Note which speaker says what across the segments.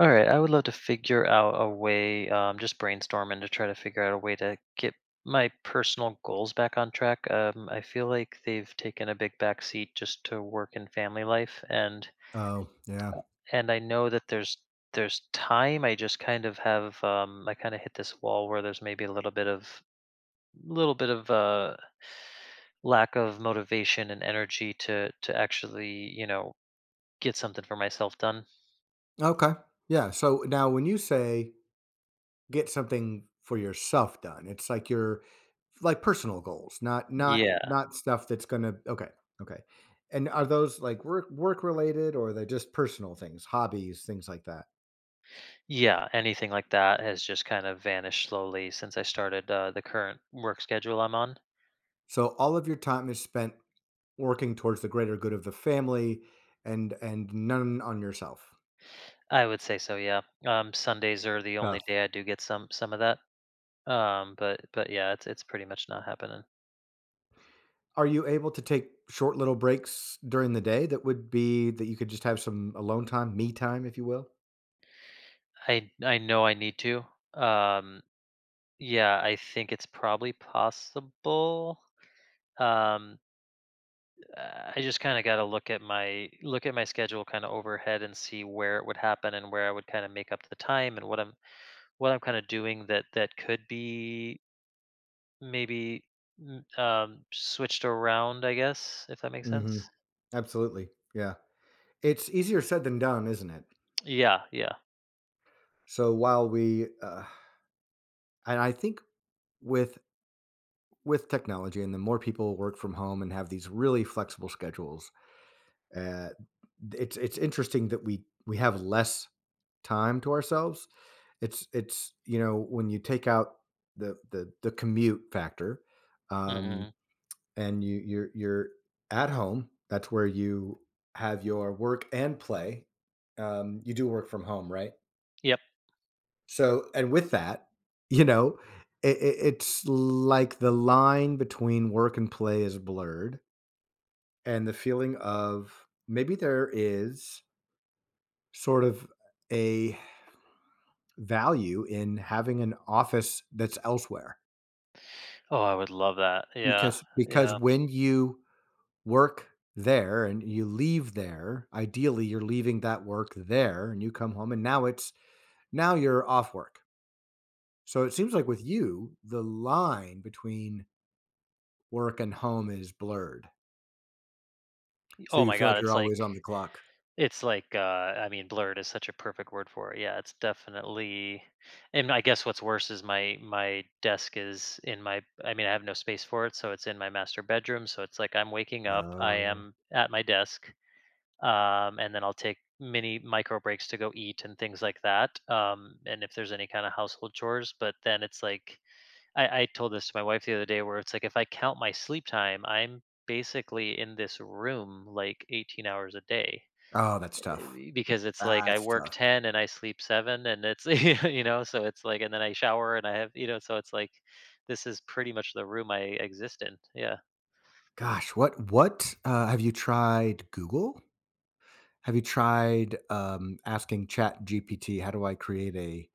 Speaker 1: All right, I would love to figure out a way, just brainstorming to try to figure out a way to get my personal goals back on track. I feel like they've taken a big backseat just to work and family life, and
Speaker 2: Oh, yeah.
Speaker 1: and I know that there's time. I just kind of have I kind of hit this wall where there's maybe a little bit of lack of motivation and energy to actually get something for myself done.
Speaker 2: Okay. Yeah. So now when you say get something for yourself done, it's like your like personal goals, not not
Speaker 1: Yeah.
Speaker 2: not stuff that's gonna okay, okay. And are those like work related, or are they just personal things, hobbies, things like that?
Speaker 1: Yeah, anything like that has just kind of vanished slowly since I started the current work schedule I'm on.
Speaker 2: So all of your time is spent working towards the greater good of the family, and none on yourself.
Speaker 1: I would say so, yeah. Sundays are the only
Speaker 2: Tough.
Speaker 1: day I do get some of that. But yeah, it's pretty much not happening.
Speaker 2: Are you able to take short little breaks during the day that would be that you could just have some alone time, me time, if you will?
Speaker 1: I know I need to. Um, yeah, I think it's probably possible. Um, I just kind of got to look at my schedule kind of overhead and see where it would happen and where I would kind of make up the time and what I'm kind of doing that could be maybe, m switched around, I guess, if that makes sense?
Speaker 2: Mhm. Absolutely. Yeah. It's easier said than done, isn't it?
Speaker 1: Yeah, yeah.
Speaker 2: So while we and I think with with technology and the more people work from home and have these really flexible schedules, uh, it's interesting that we have less time to ourselves. it's you know when you take out the commute factor, um,
Speaker 1: Mhm.
Speaker 2: and you're at home. That's where you have your work and play. You do work from home, right?
Speaker 1: Yep.
Speaker 2: So, and with that, you know, it's like the line between work and play is blurred, and the feeling of maybe there is sort of a value in having an office that's elsewhere,
Speaker 1: Oh, I would love that. Yeah,
Speaker 2: because
Speaker 1: yeah.
Speaker 2: when you work there and you leave there, ideally you're leaving that work there and you come home, and now it's now you're off work. So it seems like with you the line between work and home is blurred, so
Speaker 1: Oh
Speaker 2: you
Speaker 1: my
Speaker 2: feel
Speaker 1: god,
Speaker 2: like you're
Speaker 1: it's
Speaker 2: always
Speaker 1: like
Speaker 2: on the clock.
Speaker 1: it's like, uh, I mean, blurred is such a perfect word for it. Yeah, it's definitely, and I guess what's worse is my desk is in my, I mean, I have no space for it, so it's in my master bedroom, so it's like I'm waking up, I
Speaker 2: Oh.
Speaker 1: am at my desk, and then I'll take mini micro breaks to go eat and things like that. And if there's any kind of household chores, but then it's like I told this to my wife the other day, where it's like if I count my sleep time, I'm basically in this room like 18 hours a day,
Speaker 2: Oh, that's tough.
Speaker 1: eh, because it's like I
Speaker 2: That's
Speaker 1: work
Speaker 2: tough.
Speaker 1: 10 and I sleep seven, and it's so it's like, and then I shower and I have, so it's like this is pretty much the room I exist in. Yeah.
Speaker 2: Gosh, what have you tried Google? Have you tried, asking GPT, "How do I create a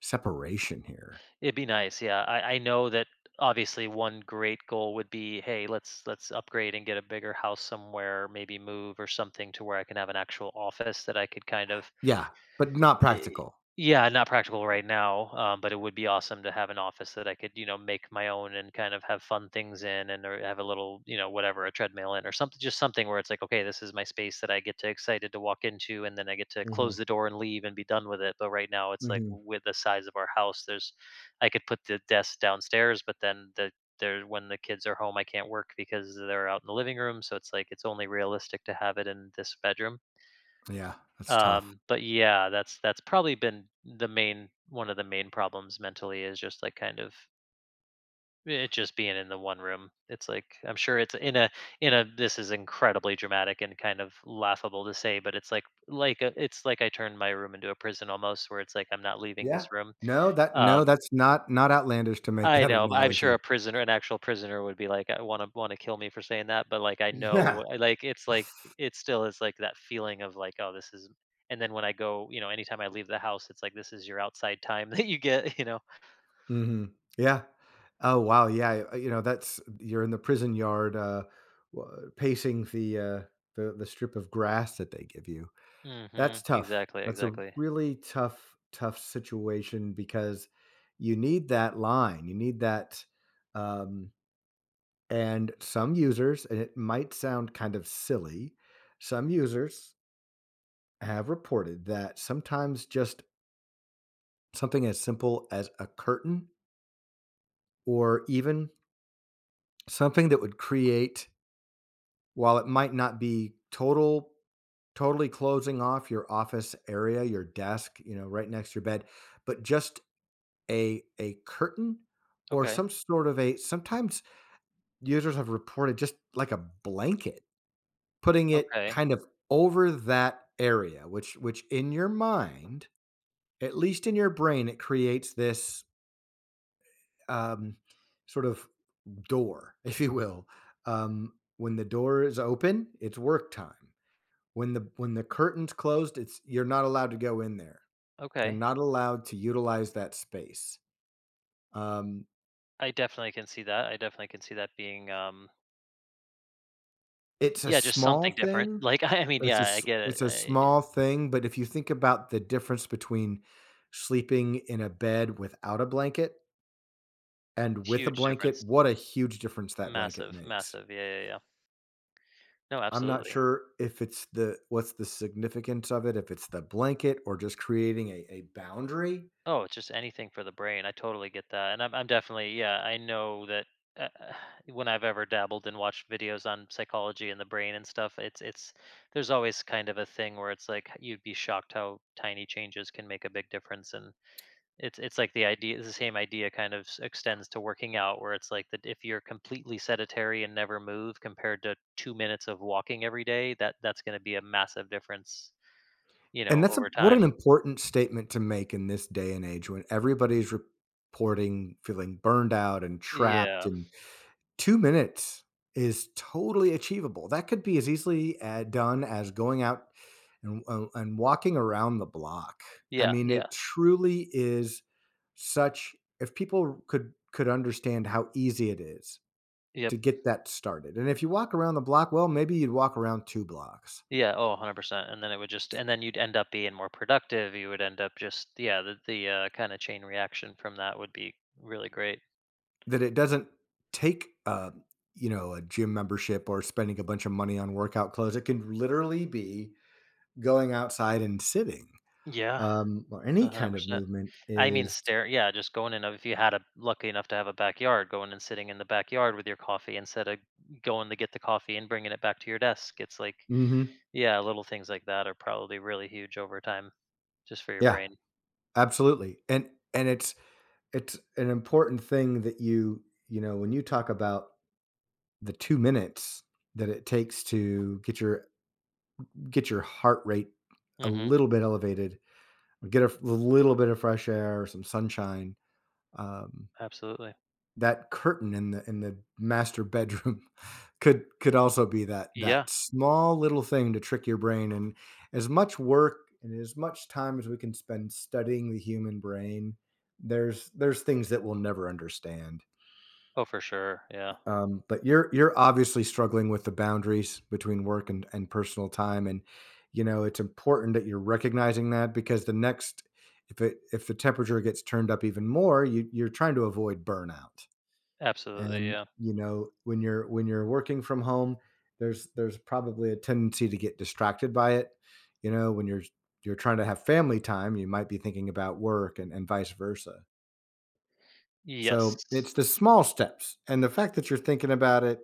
Speaker 2: separation here?"
Speaker 1: It'd be nice, yeah. I know that obviously one great goal would be, "Hey, let's upgrade and get a bigger house somewhere, maybe move or something to where I can have an actual office that I could kind of—"
Speaker 2: Yeah, but not
Speaker 1: Eh,
Speaker 2: practical.
Speaker 1: yeah, not practical right now, but it would be awesome to have an office that I could, you know, make my own and kind of have fun things in, and or have a little, you know, whatever, a treadmill in or something, just something where it's like, okay, this is my space that I get to excited to walk into and then I get to close
Speaker 2: Mhm,
Speaker 1: the door and leave and be done with it. But right now it's like
Speaker 2: mhm.
Speaker 1: with the size of our house, there's— I could put the desk downstairs, but then the— there when the kids are home I can't work because they're out in the living room. So it's like it's only realistic to have it in this bedroom.
Speaker 2: Yeah, that's tough.
Speaker 1: But yeah, that's probably been the main, one of the main problems mentally, is just like kind of it just being in the one room. It's like I'm sure it's in a— in a— this is incredibly dramatic and kind of laughable to say, but it's like a, it's like I turned my room into a prison almost where it's like I'm not leaving
Speaker 2: Yeah.
Speaker 1: this room.
Speaker 2: No, that no,
Speaker 1: Um
Speaker 2: that's not outlandish to make
Speaker 1: I
Speaker 2: that
Speaker 1: know, but I'm sure a
Speaker 2: analogy.
Speaker 1: prisoner an actual prisoner would be like, "I wanna kill me for saying that," but, like, I know, I like, it's like it still is, like, that feeling of, like, "Oh, this is—" and then when I go, you know, anytime I leave the house, it's like, this is your outside time that you get, you know?
Speaker 2: Mhm. Yeah. Oh, wow, yeah, you know, that's you're in the prison yard, w pacing the, the strip of grass that they give you. That's
Speaker 1: Mhm.
Speaker 2: tough.
Speaker 1: Exactly,
Speaker 2: That's a
Speaker 1: exactly.
Speaker 2: really tough, tough situation because you need that line, you need that, um and some users, and it might sound kind of silly, some users have reported that sometimes just something as simple as a curtain, or even something that would create, while it might not be total totally closing off your office area, your desk, you know, right next to your bed, but just a curtain or
Speaker 1: Okay,
Speaker 2: some sort of a sometimes users have reported just like a blanket, putting it
Speaker 1: okay,
Speaker 2: kind of over that area, which in your mind, at least in your brain, it creates this um, sort of door, if you will. When the door is open, it's work time. When the curtain's closed, it's you're not allowed to go in there. You're
Speaker 1: okay.
Speaker 2: not allowed to utilize that space. Um,
Speaker 1: I definitely can see that, I definitely can see that being,
Speaker 2: it's a
Speaker 1: yeah, just
Speaker 2: small
Speaker 1: something different.
Speaker 2: thing.
Speaker 1: Like, I mean, yeah, I get it.
Speaker 2: It's a
Speaker 1: I—
Speaker 2: small thing, but if you think about the difference between sleeping in a bed without a blanket and with a
Speaker 1: huge
Speaker 2: blanket,
Speaker 1: difference.
Speaker 2: what a huge difference that blanket
Speaker 1: Massive,
Speaker 2: makes.
Speaker 1: massive. Yeah, yeah, yeah. No,
Speaker 2: I'm not
Speaker 1: absolutely.
Speaker 2: sure if it's the what's the significance of it, if it's the blanket or just creating a boundary.
Speaker 1: Oh, it's just anything for the brain. I totally get that. And I'm definitely, yeah, I know that uh, uh, when I've ever dabbled and watched videos on psychology and the brain and stuff, it's, there's always kind of a thing where it's like you'd be shocked how tiny changes can make a big difference. And it's like the idea, the same idea kind of extends to working out where it's like that if you're completely sedentary and never move compared to 2 minutes of walking every day, that, that's going to be a massive difference, you know,
Speaker 2: And that's a
Speaker 1: over
Speaker 2: what an
Speaker 1: time.
Speaker 2: important statement to make in this day and age when everybody's reporting feeling burned out and trapped,
Speaker 1: Yeah.
Speaker 2: and 2 minutes is totally achievable. That could be as easily, done as going out and walking around the block. I
Speaker 1: Yeah.
Speaker 2: mean,
Speaker 1: Yeah.
Speaker 2: it truly is such if people could understand how easy it is
Speaker 1: Yeah.
Speaker 2: to get that started, and if you walk around the block, well, maybe you'd walk around 2 blocks.
Speaker 1: Yeah, oh, 100%, and then it would just— and then you'd end up being more productive, you would end up just— yeah, the kinda chain reaction from that would be really great.
Speaker 2: That it doesn't take, you know, a gym membership or spending a bunch of money on workout clothes. It can literally be going outside and sitting,
Speaker 1: Yeah,
Speaker 2: or any kind of
Speaker 1: 100%.
Speaker 2: movement
Speaker 1: I mean,
Speaker 2: is
Speaker 1: stare. Yeah, just going in, if you had a— lucky enough to have a backyard, going and sitting in the backyard with your coffee instead of going to get the coffee and bringing it back to your desk, it's like,
Speaker 2: mhm.
Speaker 1: yeah, little things like that are probably really huge over time just for your
Speaker 2: Yeah,
Speaker 1: brain.
Speaker 2: absolutely. and it's an important thing that you know, when you talk about the 2 minutes that it takes to get your heart rate a
Speaker 1: Mhm,
Speaker 2: little bit elevated, get a f little bit of fresh air, some sunshine, um
Speaker 1: absolutely.
Speaker 2: that curtain in the master bedroom could also be that
Speaker 1: Yeah.
Speaker 2: that small little thing to trick your brain. And as much work and as much time as we can spend studying the human brain, there's things that we'll never understand.
Speaker 1: Oh, for sure, yeah.
Speaker 2: But you're obviously struggling with the boundaries between work and personal time and you know it's important that you're recognizing that, because the next if it if the temperature gets turned up even more you're trying to avoid burnout.
Speaker 1: Absolutely,
Speaker 2: And,
Speaker 1: yeah.
Speaker 2: you know, when you're working from home, there's probably a tendency to get distracted by it. You know, when you're trying to have family time, you might be thinking about work and vice versa. So
Speaker 1: Yes.
Speaker 2: it's the small steps. And the fact that you're thinking about it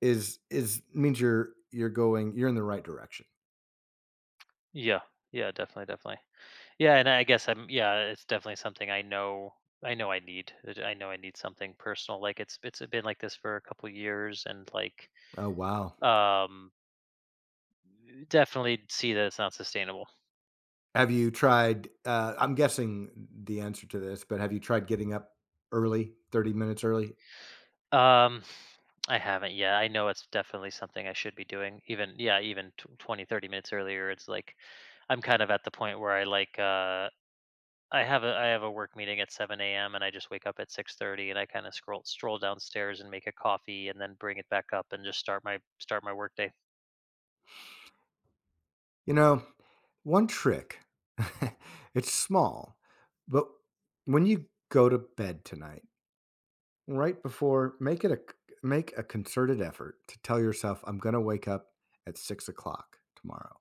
Speaker 2: is means you're going you're in the right direction.
Speaker 1: Yeah. Yeah, definitely, definitely. Yeah, and I guess I'm— yeah, it's definitely something I know I know I need. It— I know I need something personal. Like it's been like this for a couple years and like
Speaker 2: Oh wow.
Speaker 1: um definitely see that it's not sustainable.
Speaker 2: Have you tried I'm guessing the answer to this, but have you tried getting up early, 30 minutes early?
Speaker 1: Um I haven't yet. I know it's definitely something I should be doing. Even yeah, even tw 20 30 minutes earlier it's like I'm kind of at the point where I like I have a— I have a work meeting at 7 a.m., and I just wake up at 6:30, and I kinda scroll stroll downstairs and make a coffee and then bring it back up and just start my work day.
Speaker 2: You know, one trick. It's small, but when you go to bed tonight, right before, make it a make a concerted effort to tell yourself, "I'm gonna wake up at 6 o'clock tomorrow,"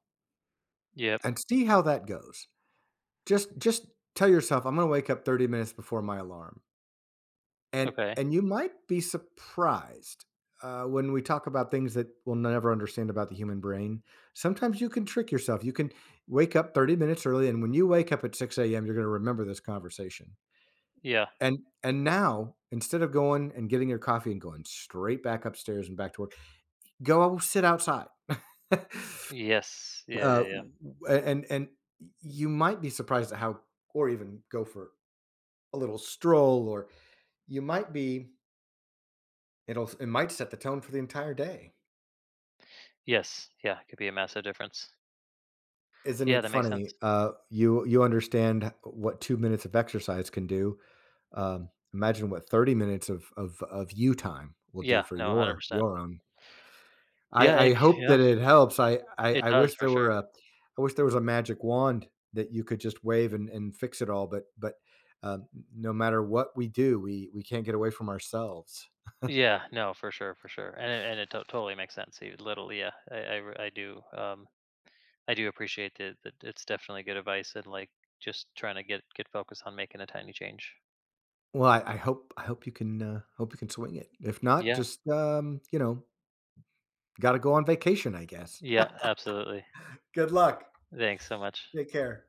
Speaker 1: Yep.
Speaker 2: and see how that goes. Just tell yourself, "I'm gonna wake up 30 minutes before my alarm." And
Speaker 1: Okay.
Speaker 2: and you might be surprised, when we talk about things that we'll never understand about the human brain, sometimes you can trick yourself. You can wake up 30 minutes early, and when you wake up at 6 a.m., you're gonna remember this conversation.
Speaker 1: Yeah.
Speaker 2: and now, instead of going and getting your coffee and going straight back upstairs and back to work, go sit outside.
Speaker 1: Yes. Yeah, yeah,
Speaker 2: Uh,
Speaker 1: yeah.
Speaker 2: and you might be surprised at how or even go for a little stroll, or you might be It'll it might set the tone for the entire day.
Speaker 1: Yes. Yeah, it could be a massive difference.
Speaker 2: Isn't
Speaker 1: Yeah,
Speaker 2: it
Speaker 1: that makes
Speaker 2: funny?
Speaker 1: sense.
Speaker 2: You you understand what 2 minutes of exercise can do. Imagine what 30 minutes of of you time will do
Speaker 1: Yeah.
Speaker 2: for
Speaker 1: No, 100%.
Speaker 2: your own. I hope
Speaker 1: Yeah,
Speaker 2: that it helps. I, I
Speaker 1: it
Speaker 2: I
Speaker 1: does
Speaker 2: wish
Speaker 1: for
Speaker 2: there were
Speaker 1: sure.
Speaker 2: a I wish there was a magic wand that you could just wave and fix it all. but um, no matter what we do, we can't get away from ourselves.
Speaker 1: Yeah. No, for sure, and it to totally makes sense. You literally— yeah, re- I do, um I do appreciate that, that it's definitely good advice, and like just trying to get focused on making a tiny change.
Speaker 2: Well, I hope I hope you can swing it. If not,
Speaker 1: Yeah.
Speaker 2: just you know got to go on vacation, I guess.
Speaker 1: Yeah, absolutely.
Speaker 2: Good luck.
Speaker 1: Thanks so much.
Speaker 2: Take care.